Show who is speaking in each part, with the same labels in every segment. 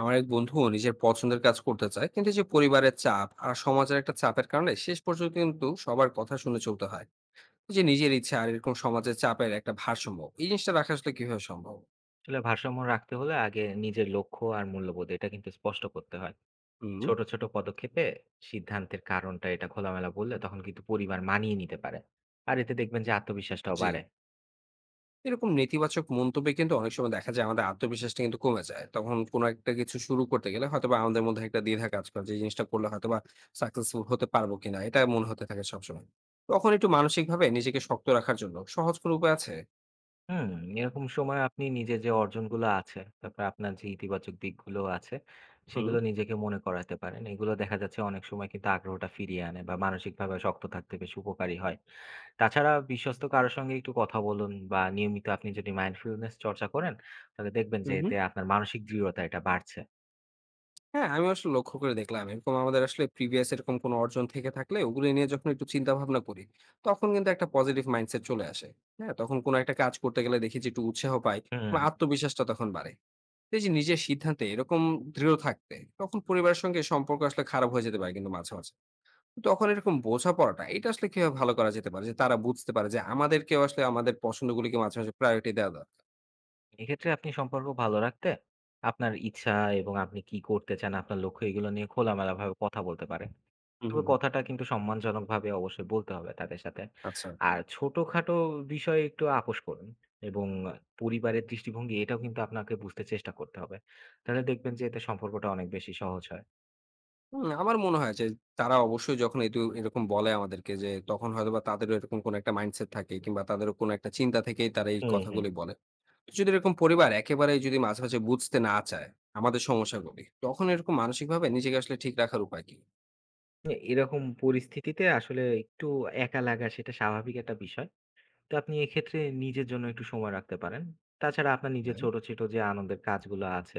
Speaker 1: আমার এক বন্ধু নিজের পছন্দের কাজ করতে চায়, কিন্তু এই যে পরিবারের চাপ আর সমাজের একটা চাপের কারণে শেষ পর্যন্ত কিন্তু সবার কথা শুনে চলতে হয়। এই যে নিজের ইচ্ছা আর এরকম সমাজের চাপের একটা ভারসাম্য, এই জিনিসটা রাখা আসলে কিভাবে সম্ভব?
Speaker 2: আসলে ভারসাম্য রাখতে হলে আগে নিজের লক্ষ্য আর মূল্যবোধ এটা কিন্তু স্পষ্ট করতে হয়।
Speaker 1: হুম।
Speaker 2: ছোট ছোট পদক্ষেপে সিদ্ধান্তের কারণটা এটা খোলামেলা বললে তখন কিন্তু পরিবার মানিয়ে নিতে পারে। আর এতে দেখবেন যে আত্মবিশ্বাসটাও
Speaker 1: জি।
Speaker 2: বাড়ে।
Speaker 1: এরকম নেতিবাচক মন্তব্যে কিন্তু অনেক সময় দেখা যায় আমাদের আত্মবিশ্বাসটা কিন্তু কমে যায়। তখন কোনো একটা কিছু শুরু করতে গেলে হয়তো বা আমাদের মধ্যে একটা দ্বিধা কাজ করে যে এই জিনিসটা করলে হয়তো বা সাকসেসফুল হতে পারবো কিনা, এটা মনে হতে থাকে সবসময়। তখন একটু মানসিকভাবে নিজেকে শক্ত রাখার জন্য সহজ কোনো উপায় আছে?
Speaker 2: হুম। এরকম সময় আপনি নিজের যে অর্জনগুলো আছে তারপর আপনার যে ইতিবাচক দিকগুলো আছে,
Speaker 1: হুম,
Speaker 2: সেগুলো নিজেকে মনে করাতে পারেন। এগুলো দেখা যাচ্ছে অনেক সময় কিন্তু আগ্রহটা ফিরিয়ে আনে বা মানসিকভাবে শক্ত থাকতে বেশ উপকারী হয়। তাছাড়া বিশ্বস্ত কারো সঙ্গে একটু কথা বলুন বা নিয়মিত আপনি যদি মাইন্ডফুলনেস চর্চা করেন, তাহলে দেখবেন
Speaker 1: হুম,
Speaker 2: যে
Speaker 1: হুম।
Speaker 2: এতে আপনার মানসিক দৃঢ়তা এটা বাড়ছে।
Speaker 1: হ্যাঁ, আমি আসলে লক্ষ্য করে দেখলাম। এরকম আমাদের আসলে প্রিভিয়াস এরকম কোনো অর্জন থেকে থাকলে ওগুলো নিয়ে যখন একটু চিন্তা ভাবনা করি, তখন কিন্তু একটা পজিটিভ মাইন্ডসেট চলে আসে। হ্যাঁ? তখন কোনো একটা কাজ করতে গেলে দেখি যে একটু উৎসাহ পাই
Speaker 2: হুম,
Speaker 1: বা
Speaker 2: হুম।
Speaker 1: আত্মবিশ্বাসটা তখন বাড়ে। তো এই যে নিজের সিদ্ধান্তে এরকম দৃঢ় থাকতে তখন পরিবারের সঙ্গে সম্পর্ক আসলে খারাপ হয়ে যেতে পারে, কিন্তু মাঝে, মাঝে। তো তখন এরকম বোঝাপড়াটা এটা আসলে কিভাবে ভালো করা যেতে পারে? যে তারা বুঝতে পারে যে আমাদেরকেও আসলে আমাদের পছন্দগুলিকে মাঝে, মাঝে প্রায়োরিটি দেওয়া দরকার।
Speaker 2: এক্ষেত্রে আপনি সম্পর্ক ভালো রাখতে আপনার ইচ্ছা এবং আপনি কি করতে চান, আপনার লক্ষ্য এগুলো নিয়ে খোলামেলাভাবে কথা বলতে পারেন।
Speaker 1: হুম,
Speaker 2: তবে
Speaker 1: হুম, হুম।
Speaker 2: কথাটা কিন্তু সম্মানজনকভাবে অবশ্যই বলতে হবে তাদের সাথে।
Speaker 1: আচ্ছা।
Speaker 2: আর ছোটখাটো বিষয়ে একটু আপোস করুন এবং পরিবারের দৃষ্টিভঙ্গি এটাও কিন্তু আপনাকে বুঝতে চেষ্টা করতে হবে। তাহলে দেখবেন যে এতে সম্পর্কটা অনেক বেশি সহজ হয়।
Speaker 1: হুম, আমার মনে হয় যে তারা অবশ্যই যখন এটু এরকম বলে আমাদেরকে যে তখন হয়তোবা তাদেরও এরকম কোনো একটা মাইন্ডসেট থাকে, কিংবা তাদেরও কোনো একটা চিন্তা থেকেই তারা এই
Speaker 2: হুম, হুম।
Speaker 1: কথাগুলি বলে। যদি এরকম পরিবার একেবারেই যদি মাঝে, মাঝে বুঝতে না চায় আমাদের সমস্যাগুলি, তখন এরকম মানসিকভাবে নিজেকে আসলে ঠিক রাখার উপায় কি?
Speaker 2: এরকম পরিস্থিতিতে আসলে একটু একা লাগা সেটা স্বাভাবিক একটা বিষয়। তো আপনি এক্ষেত্রে নিজের জন্য একটু সময় রাখতে পারেন। তাছাড়া আপনার নিজের
Speaker 1: হ্যাঁ।
Speaker 2: ছোট, ছোট যে আনন্দের কাজগুলো আছে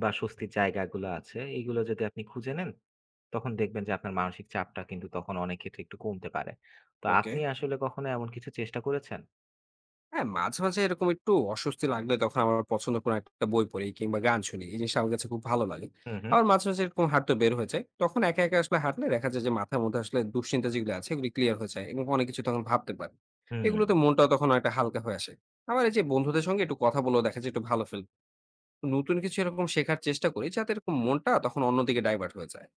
Speaker 2: বা স্বস্তির জায়গাগুলো আছে, এগুলো যদি আপনি খুঁজে নেন, তখন দেখবেন যে আপনার মানসিক চাপটা কিন্তু তখন অনেক ক্ষেত্রে একটু কমতে পারে। তো
Speaker 1: ওকে।
Speaker 2: আপনি আসলে কখনো এমন কিছু চেষ্টা করেছেন?
Speaker 1: হ্যাঁ, মাঝে, মাঝে এরকম একটু অস্বস্তি লাগলে তখন আমার পছন্দ কোনো একটা বই পড়ি কিংবা গান শুনি। এই জিনিসটা আমার কাছে খুব ভালো লাগে।
Speaker 2: হু, হু।
Speaker 1: আবার মাঝে, মাঝে এরকম হাঁটতে বের হয়ে যাই। তখন একা, একা আসলে হাঁটলে দেখা যায় যে মাথার মধ্যে আসলে দুশ্চিন্তা যেগুলো আছে এগুলি ক্লিয়ার হয়ে যায়, এবং অনেক কিছু তখন ভাবতে পারি।
Speaker 2: হুম।
Speaker 1: এগুলোতে মনটাও তখন অনেকটা হালকা হয়ে আসে। আবার এই যে বন্ধুদের সঙ্গে একটু কথা বলেও দেখা যায় একটু ভালো ফিল। নতুন কিছু এরকম শেখার চেষ্টা করি যাতে এরকম মনটা তখন অন্যদিকে ডাইভার্ট হয়ে যায়।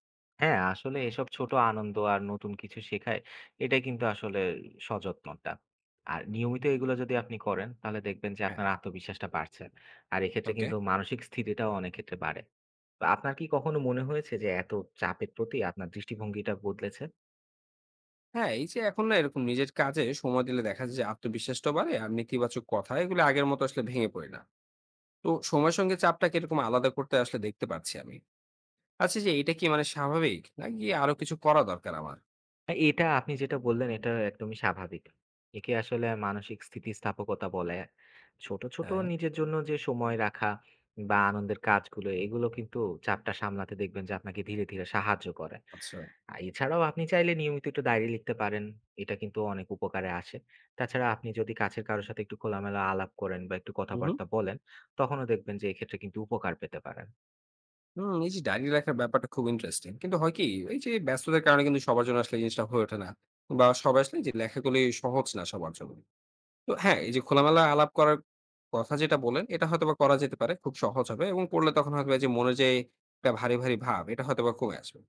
Speaker 2: হ্যাঁ, আসলে এসব ছোট আনন্দ আর নতুন কিছু শেখায়, এটা কিন্তু আসলে সযত্নটা। আর নিয়মিত এগুলো যদি আপনি করেন, তাহলে দেখবেন যে আপনার
Speaker 1: হ্যাঁ,
Speaker 2: আত্মবিশ্বাসটা বাড়ছে। আর এক্ষেত্রে
Speaker 1: ওকে।
Speaker 2: কিন্তু মানসিক স্থিতিটাও অনেক ক্ষেত্রে বাড়ে। তো আপনার কি কখনো মনে হয়েছে যে এত চাপের প্রতি আপনার দৃষ্টিভঙ্গিটা বদলেছে?
Speaker 1: হ্যাঁ, এই যে এখন না এরকম নিজের কাজে সময় দিলে দেখা যায় যে আত্মবিশ্বাসটাও বাড়ে আর নেতিবাচক কথা এগুলো আগের মতো আসলে ভেঙে পড়ি না। তো সময়ের সঙ্গে চাপটাকে এরকম আলাদা করতে আসলে দেখতে পাচ্ছি আমি। আচ্ছা যে এটা কি মানে স্বাভাবিক? নাকি আরো কিছু করা দরকার আমার?
Speaker 2: হ্যাঁ, এটা আপনি যেটা বললেন এটা একদমই স্বাভাবিক। একে আসলে মানসিক স্থিতিস্থাপকতা বলে। ছোট, ছোট
Speaker 1: হ্যাঁ,
Speaker 2: নিজের জন্য যে সময় রাখা বা আনন্দের কাজগুলো এগুলো কিন্তু চাপটা সামলাতে দেখবেন যে আপনাকে ধীরে, ধীরে সাহায্য করে।
Speaker 1: আচ্ছা।
Speaker 2: এছাড়াও আপনি চাইলে নিয়মিত একটু ডায়েরি লিখতে পারেন। এটা কিন্তু অনেক উপকারে আসে। তাছাড়া আপনি যদি কাছের কারো সাথে একটু খোলামেলা আলাপ করেন বা একটু
Speaker 1: হুম, হুম।
Speaker 2: কথাবার্তা বলেন, তখনও দেখবেন যে এক্ষেত্রে কিন্তু উপকার পেতে পারেন।
Speaker 1: হুম, এই যে ডায়রি লেখার ব্যাপারটা খুব ইন্টারেস্টিং। কিন্তু হয় কি, এই যে ব্যস্ততার কারণে কিন্তু সবার জন্য আসলে এই জিনিসটা হয়ে ওঠে না। বা সবাই আসলে যে লেখাগুলি সহজ না সবার জন্য। তো হ্যাঁ, এই যে খোলামেলা আলাপ করার কথা যেটা বললেন এটা হয়তোবা করা যেতে পারে। খুব সহজ হবে এবং পড়লে তখন হয়তোবা এই যে মনে যে একটা ভারী, ভারী ভাব এটা হয়তোবা কমে আসবে।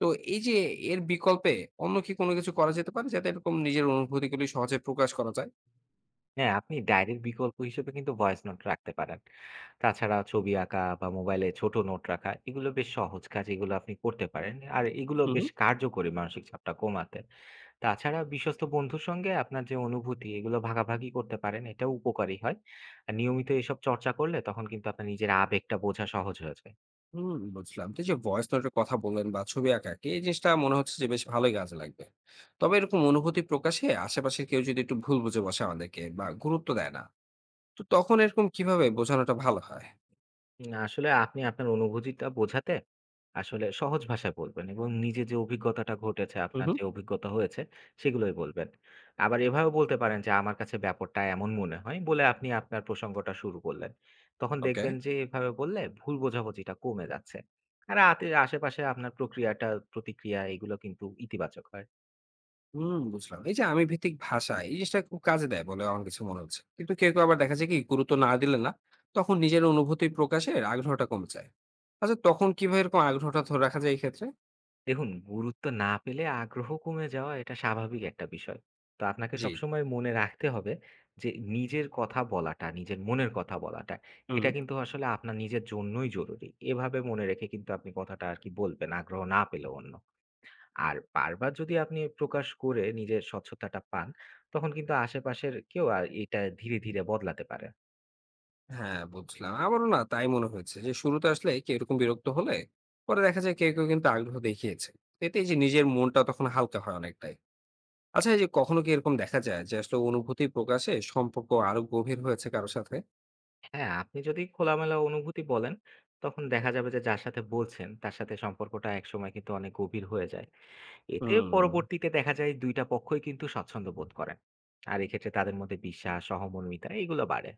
Speaker 1: তো এই যে এর বিকল্পে অন্য কি কোনো কিছু করা যেতে পারে? যাতে এরকম নিজের অনুভূতিগুলি সহজে প্রকাশ করা যায়?
Speaker 2: হ্যাঁ, আপনি ডায়েরির বিকল্প হিসেবে কিন্তু ভয়েস নোট রাখতে পারেন। তাছাড়া ছবি আঁকা বা মোবাইলে ছোট নোট রাখা এগুলো বেশ সহজ কাজ, এগুলো আপনি করতে পারেন। আর এগুলো
Speaker 1: হু, হু।
Speaker 2: বেশ কার্যকরী মানসিক চাপটা কমাতে। তাছাড়া বিশ্বস্ত বন্ধুর সঙ্গে আপনার যে অনুভূতি এগুলো ভাগাভাগি করতে পারেন, এটাও উপকারী হয়। আর নিয়মিত এসব চর্চা করলে তখন কিন্তু আপনার নিজের আবেগটা বোঝা সহজ হয়ে যায়।
Speaker 1: হুম, বুঝলাম। তো এই যে ভয়েস নোটের কথা বললেন বা ছবি আঁকা, কি এই জিনিসটা মনে হচ্ছে যে বেশ ভালোই কাজে লাগবে। তবে এরকম অনুভূতি প্রকাশে আশেপাশের কেউ যদি একটু ভুল বুঝে বসে আমাদেরকে বা গুরুত্ব দেয় না, তো তখন এরকম কিভাবে বোঝানোটা ভালো হয়?
Speaker 2: না, আসলে আপনি আপনার অনুভূতিটা বোঝাতে আসলে সহজ ভাষায় বলবেন এবং নিজে যে অভিজ্ঞতাটা ঘটেছে,
Speaker 1: হু,
Speaker 2: আপনার
Speaker 1: হু।
Speaker 2: যে অভিজ্ঞতা হয়েছে সেগুলোই বলবেন। আবার এভাবেও বলতে পারেন যে, "আমার কাছে ব্যাপারটা এমন মনে হয়" বলে আপনি আপনার প্রসঙ্গটা শুরু করলেন। তখন
Speaker 1: ওকে।
Speaker 2: দেখবেন যে এভাবে বললে ভুল বোঝাবুঝিটা কমে যাচ্ছে। আর আতে আশেপাশে আপনার প্রক্রিয়াটা প্রতিক্রিয়া এগুলো কিন্তু ইতিবাচক হয়।
Speaker 1: হুম, বুঝলাম। এই যে আমি ভিত্তিক ভাষা এই জিনিসটা খুব কাজে দেয় বলে আমার কিছু মনে হচ্ছে। কিন্তু কেউ, কেউ আবার দেখা যায় কি গুরুত্ব না দিলে না, তখন নিজের অনুভূতি প্রকাশের আগ্রহটা কমে যায়। আচ্ছা তখন কিভাবে এরকম আগ্রহটা ধরে রাখা যায় এই ক্ষেত্রে?
Speaker 2: দেখুন, গুরুত্ব না পেলে আগ্রহ কমে যাওয়া এটা স্বাভাবিক একটা বিষয়। তো আপনাকে
Speaker 1: জি।
Speaker 2: সবসময় মনে রাখতে হবে যে নিজের কথা বলাটা, নিজের মনের কথা বলাটা, এটা
Speaker 1: হুম,
Speaker 2: কিন্তু আসলে আপনার নিজের জন্যই জরুরি। এভাবে মনে রেখে কিন্তু আপনি কথাটা আরকি বলবেন, আগ্রহ না পেলেও অন্য। আর বারবার যদি আপনি প্রকাশ করে নিজের স্বচ্ছতাটা পান, তখন কিন্তু আশেপাশের কেউ আর এটা ধীরে, ধীরে বদলাতে পারে।
Speaker 1: হ্যাঁ, বুঝলাম। আমারও না তাই মনে হয়েছে যে শুরুতে আসলে কেউ এরকম বিরক্ত হলে পরে দেখা যায় কেউ, কেউ কিন্তু আগ্রহ দেখিয়েছে। এতে এই যে নিজের মনটা তখন হালকা হয় অনেকটাই। আচ্ছা, এই যে কখনো কি এরকম দেখা যায় যে আসলে অনুভূতি প্রকাশে সম্পর্ক আরো গভীর হয়েছে কারো সাথে?
Speaker 2: হ্যাঁ, আপনি যদি খোলামেলা অনুভূতি বলেন, তখন দেখা যাবে যে যার সাথে বলছেন, তার সাথে সম্পর্কটা একসময় কিন্তু অনেক গভীর হয়ে যায়। এতে
Speaker 1: হুম।
Speaker 2: পরবর্তীতে দেখা যায় ২ টা পক্ষই কিন্তু স্বাচ্ছন্দ্য বোধ করেন। আর এক্ষেত্রে তাদের মধ্যে বিশ্বাস, সহমর্মিতা এগুলো বাড়ে।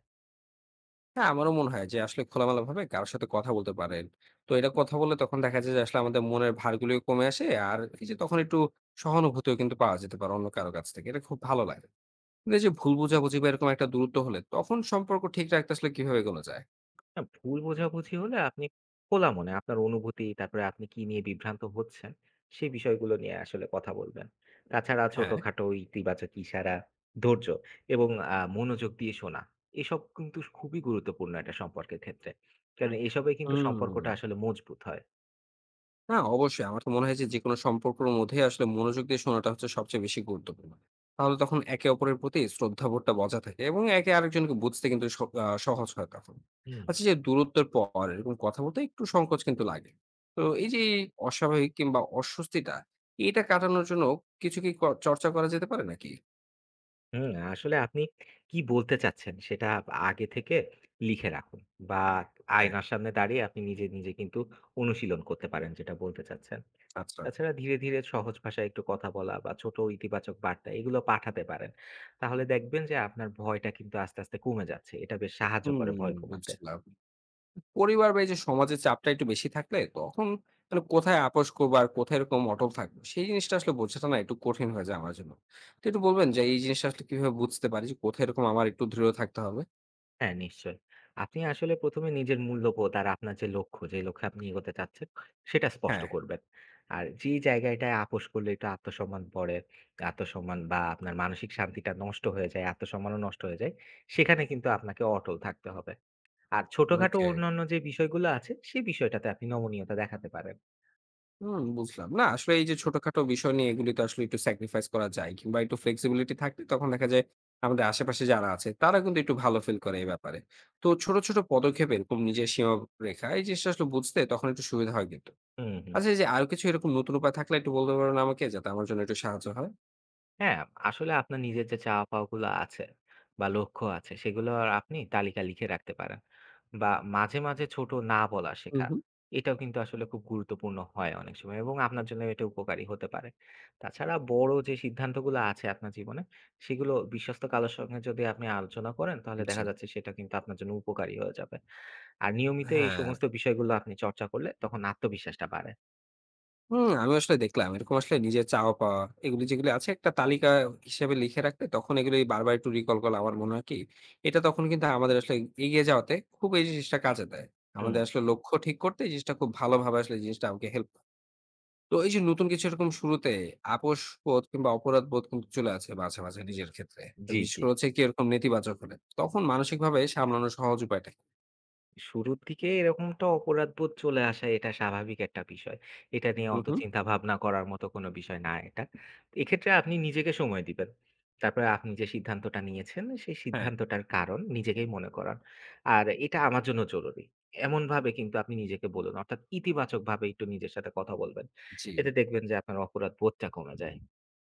Speaker 1: হ্যাঁ, আমারও মনে হয় যে আসলে খোলামেলাভাবে কারো সাথে কথা বলতে পারেন। তো এটা কথা বললে তখন দেখা যায় যে আসলে আমাদের মনের ভারগুলিও কমে আসে। আর এই যে তখন একটু সহানুভূতিও কিন্তু পাওয়া যেতে পারে অন্য কারো কাছ থেকে। এটা খুব ভালো লাগে। কিন্তু এই যে ভুল বোঝাবুঝি বা এরকম একটা দূরত্ব হলে তখন সম্পর্ক ঠিক রাখতে আসলে কিভাবে এগোনো যায়?
Speaker 2: না, ভুল বোঝাবুঝি হলে আপনি খোলা মনে আপনার অনুভূতি, তারপরে আপনি কি নিয়ে বিভ্রান্ত হচ্ছেন, সেই বিষয়গুলো নিয়ে আসলে কথা বলবেন। তাছাড়া
Speaker 1: হ্যাঁ।
Speaker 2: ছোটখাটো ইতিবাচক ইশারা, ধৈর্য এবং মনোযোগ দিয়ে শোনা, এসব কিন্তু খুবই গুরুত্বপূর্ণ একটা সম্পর্কের ক্ষেত্রে। কারণ হ্যাঁ। এসবে কিন্তু
Speaker 1: হুম।
Speaker 2: সম্পর্কটা আসলে মজবুত হয়।
Speaker 1: না, অবশ্যই। আমার তো মনে হয় যে, যেকোনো সম্পর্কর মধ্যেই আসলে মনোযোগ দিয়ে শোনাটা হচ্ছে সবচেয়ে বেশি গুরুত্বপূর্ণ। তাহলে তখন একে অপরের প্রতি শ্রদ্ধাবোধটা বজায় থাকে এবং একে আরেকজনকে বুঝতে কিন্তু স আ সহজ হয় তখন।
Speaker 2: হুম।
Speaker 1: আচ্ছা যে দূরত্বের পর এরকম কথা বলতে একটু সংকোচ কিন্তু লাগে। তো এই যে অস্বাভাবিক কিংবা অস্বস্তিটা, এটা কাটানোর জন্য কিছু কি চর্চা করা যেতে পারে নাকি?
Speaker 2: হুম, আসলে আপনি কি বলতে চাচ্ছেন সেটা আগে থেকে লিখে রাখুন বা
Speaker 1: হ্যাঁ।
Speaker 2: আয়নার সামনে দাঁড়িয়ে আপনি নিজে, নিজে কিন্তু অনুশীলন করতে পারেন যেটা বলতে চাচ্ছেন।
Speaker 1: আচ্ছা।
Speaker 2: তাছাড়া ধীরে, ধীরে সহজ ভাষায় একটু কথা বলা বা ছোট ইতিবাচক বার্তা এগুলো পাঠাতে পারেন। তাহলে দেখবেন যে আপনার ভয়টা কিন্তু আস্তে, আস্তে কমে যাচ্ছে। এটা বেশ সাহায্য
Speaker 1: হুম,
Speaker 2: করে ভয় কমাতে।
Speaker 1: বুঝলাম। পরিবার বা এই যে সমাজের চাপটা একটু বেশি থাকলে তখন মানে কোথায় আপোষ করবো আর কোথায় এরকম অটল থাকবো সেই জিনিসটা আসলে বোঝাটা না একটু কঠিন হয়ে যায় আমার জন্য। তো একটু বলবেন যে এই জিনিসটা আসলে কিভাবে বুঝতে পারি যে কোথায় এরকম আমার একটু দৃঢ় থাকতে হবে?
Speaker 2: হ্যাঁ, নিশ্চয়ই। আপনি আসলে ১ম এ নিজের মূল্যবোধ আর আপনার যে লক্ষ্য, যে লক্ষ্যে আপনি এগোতে চাচ্ছেন, সেটা স্পষ্ট
Speaker 1: হ্যাঁ।
Speaker 2: করবেন। আর যে জায়গাটায় আপোস করলে একটু আত্মসম্মান পড়ে, আত্মসম্মান বা আপনার মানসিক শান্তিটা নষ্ট হয়ে যায়, আত্মসম্মানও নষ্ট হয়ে যায়, সেখানে কিন্তু আপনাকে অটল থাকতে হবে। আর ছোটখাটো
Speaker 1: ওকে।
Speaker 2: অন্যান্য যে বিষয়গুলো আছে, সেই বিষয়টাতে আপনি নমনীয়তা দেখাতে পারেন।
Speaker 1: হুম, বুঝলাম। না আসলে এই যে ছোটখাটো বিষয় নিয়ে এগুলি তো আসলে একটু স্যাক্রিফাইস করা যায় কিংবা একটু ফ্লেক্সিবিলিটি থাকলে তখন দেখা যায় আমাদের আশেপাশে যারা আছে তারা কিন্তু একটু ভালো ফিল করে এই ব্যাপারে। তো ছোট ছোট পদক্ষেপে এরকম নিজের সীমা রেখা এই জিনিসটা আসলে বুঝতে তখন একটু সুবিধা হয় কিন্তু।
Speaker 2: হুম, হুম।
Speaker 1: আচ্ছা, এই যে আরো কিছু এরকম নতুন উপায় থাকলে একটু বলতে পারবেন আমাকে? যাতে আমার জন্য একটু সাহায্য হয়।
Speaker 2: হ্যাঁ, আসলে আপনার নিজের যে চাওয়া পাওয়াগুলো আছে বা লক্ষ্য আছে সেগুলোর আপনি তালিকা লিখে রাখতে পারেন। বা মাঝে, মাঝে ছোট না বলা
Speaker 1: হু,
Speaker 2: শেখা।
Speaker 1: হু।
Speaker 2: এটাও কিন্তু আসলে খুব গুরুত্বপূর্ণ হয় অনেক সময় এবং আপনার জন্য এটা উপকারী হতে পারে। তাছাড়া বড় যে সিদ্ধান্তগুলো আছে আপনার জীবনে সেগুলো বিশ্বস্ত কারো সঙ্গে যদি আপনি আলোচনা করেন তাহলে
Speaker 1: জি।
Speaker 2: দেখা যাচ্ছে সেটা কিন্তু আপনার জন্য উপকারী হয়ে যাবে। আর নিয়মিত এই
Speaker 1: হ্যাঁ।
Speaker 2: সমস্ত বিষয়গুলো আপনি চর্চা করলে তখন আত্মবিশ্বাসটা বাড়ে।
Speaker 1: হুম, আমিও আসলে দেখলাম। এরকম আসলে নিজের চাওয়া-পাওয়া এগুলি যেগুলি আছে একটা তালিকা হিসেবে লিখে রাখলে তখন এগুলি বারবার একটু রিকল করলে আমার মনে হয় কি, এটা তখন কিন্তু আমাদের আসলে এগিয়ে যাওয়াতে খুব এই জিনিসটা কাজে দেয়।
Speaker 2: হুম,
Speaker 1: আমাদের আসলে লক্ষ্য ঠিক করতে এই জিনিসটা খুব ভালোভাবে আসলে এই জিনিসটা আমাকে হেল্প। তো এই যে নতুন কিছু এরকম শুরুতে আপোস বোধ কিংবা অপরাধ বোধ কিন্তু চলে আসে মাঝে, মাঝে নিজের ক্ষেত্রে। তো
Speaker 2: জি,
Speaker 1: বিশেষ
Speaker 2: জি।
Speaker 1: করে হচ্ছে কি এরকম নেতিবাচক হলে। তখন মানসিকভাবে সামলানোর সহজ উপায়টা কি?
Speaker 2: শুরুর দিকে এরকমটা অপরাধবোধ চলে আসা এটা স্বাভাবিক একটা বিষয়। এটা নিয়ে
Speaker 1: হুম,
Speaker 2: অত
Speaker 1: হুম।
Speaker 2: চিন্তা ভাবনা করার মতো কোনো বিষয় না এটা। এক্ষেত্রে আপনি নিজেকে সময় দিবেন। তারপরে আপনি যে সিদ্ধান্তটা নিয়েছেন, সেই
Speaker 1: হ্যাঁ,
Speaker 2: সিদ্ধান্তটার কারণ নিজেকেই মনে করান। আর এটা আমার জন্য জরুরি। এমনভাবে কিন্তু আপনি নিজেকে বলুন। অর্থাৎ ইতিবাচকভাবে একটু নিজের সাথে কথা বলবেন।
Speaker 1: জি।
Speaker 2: এতে দেখবেন যে আপনার অপরাধবোধটা কমে যায়।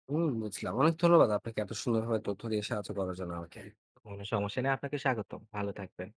Speaker 1: হুম, বুঝলাম। অনেক ধন্যবাদ আপনাকে এত সুন্দরভাবে তথ্য দিয়ে সাহায্য করার জন্য আমাকে।
Speaker 2: কোনো সমস্যা নেই। আপনাকে স্বাগতম। ভালো থাকবেন।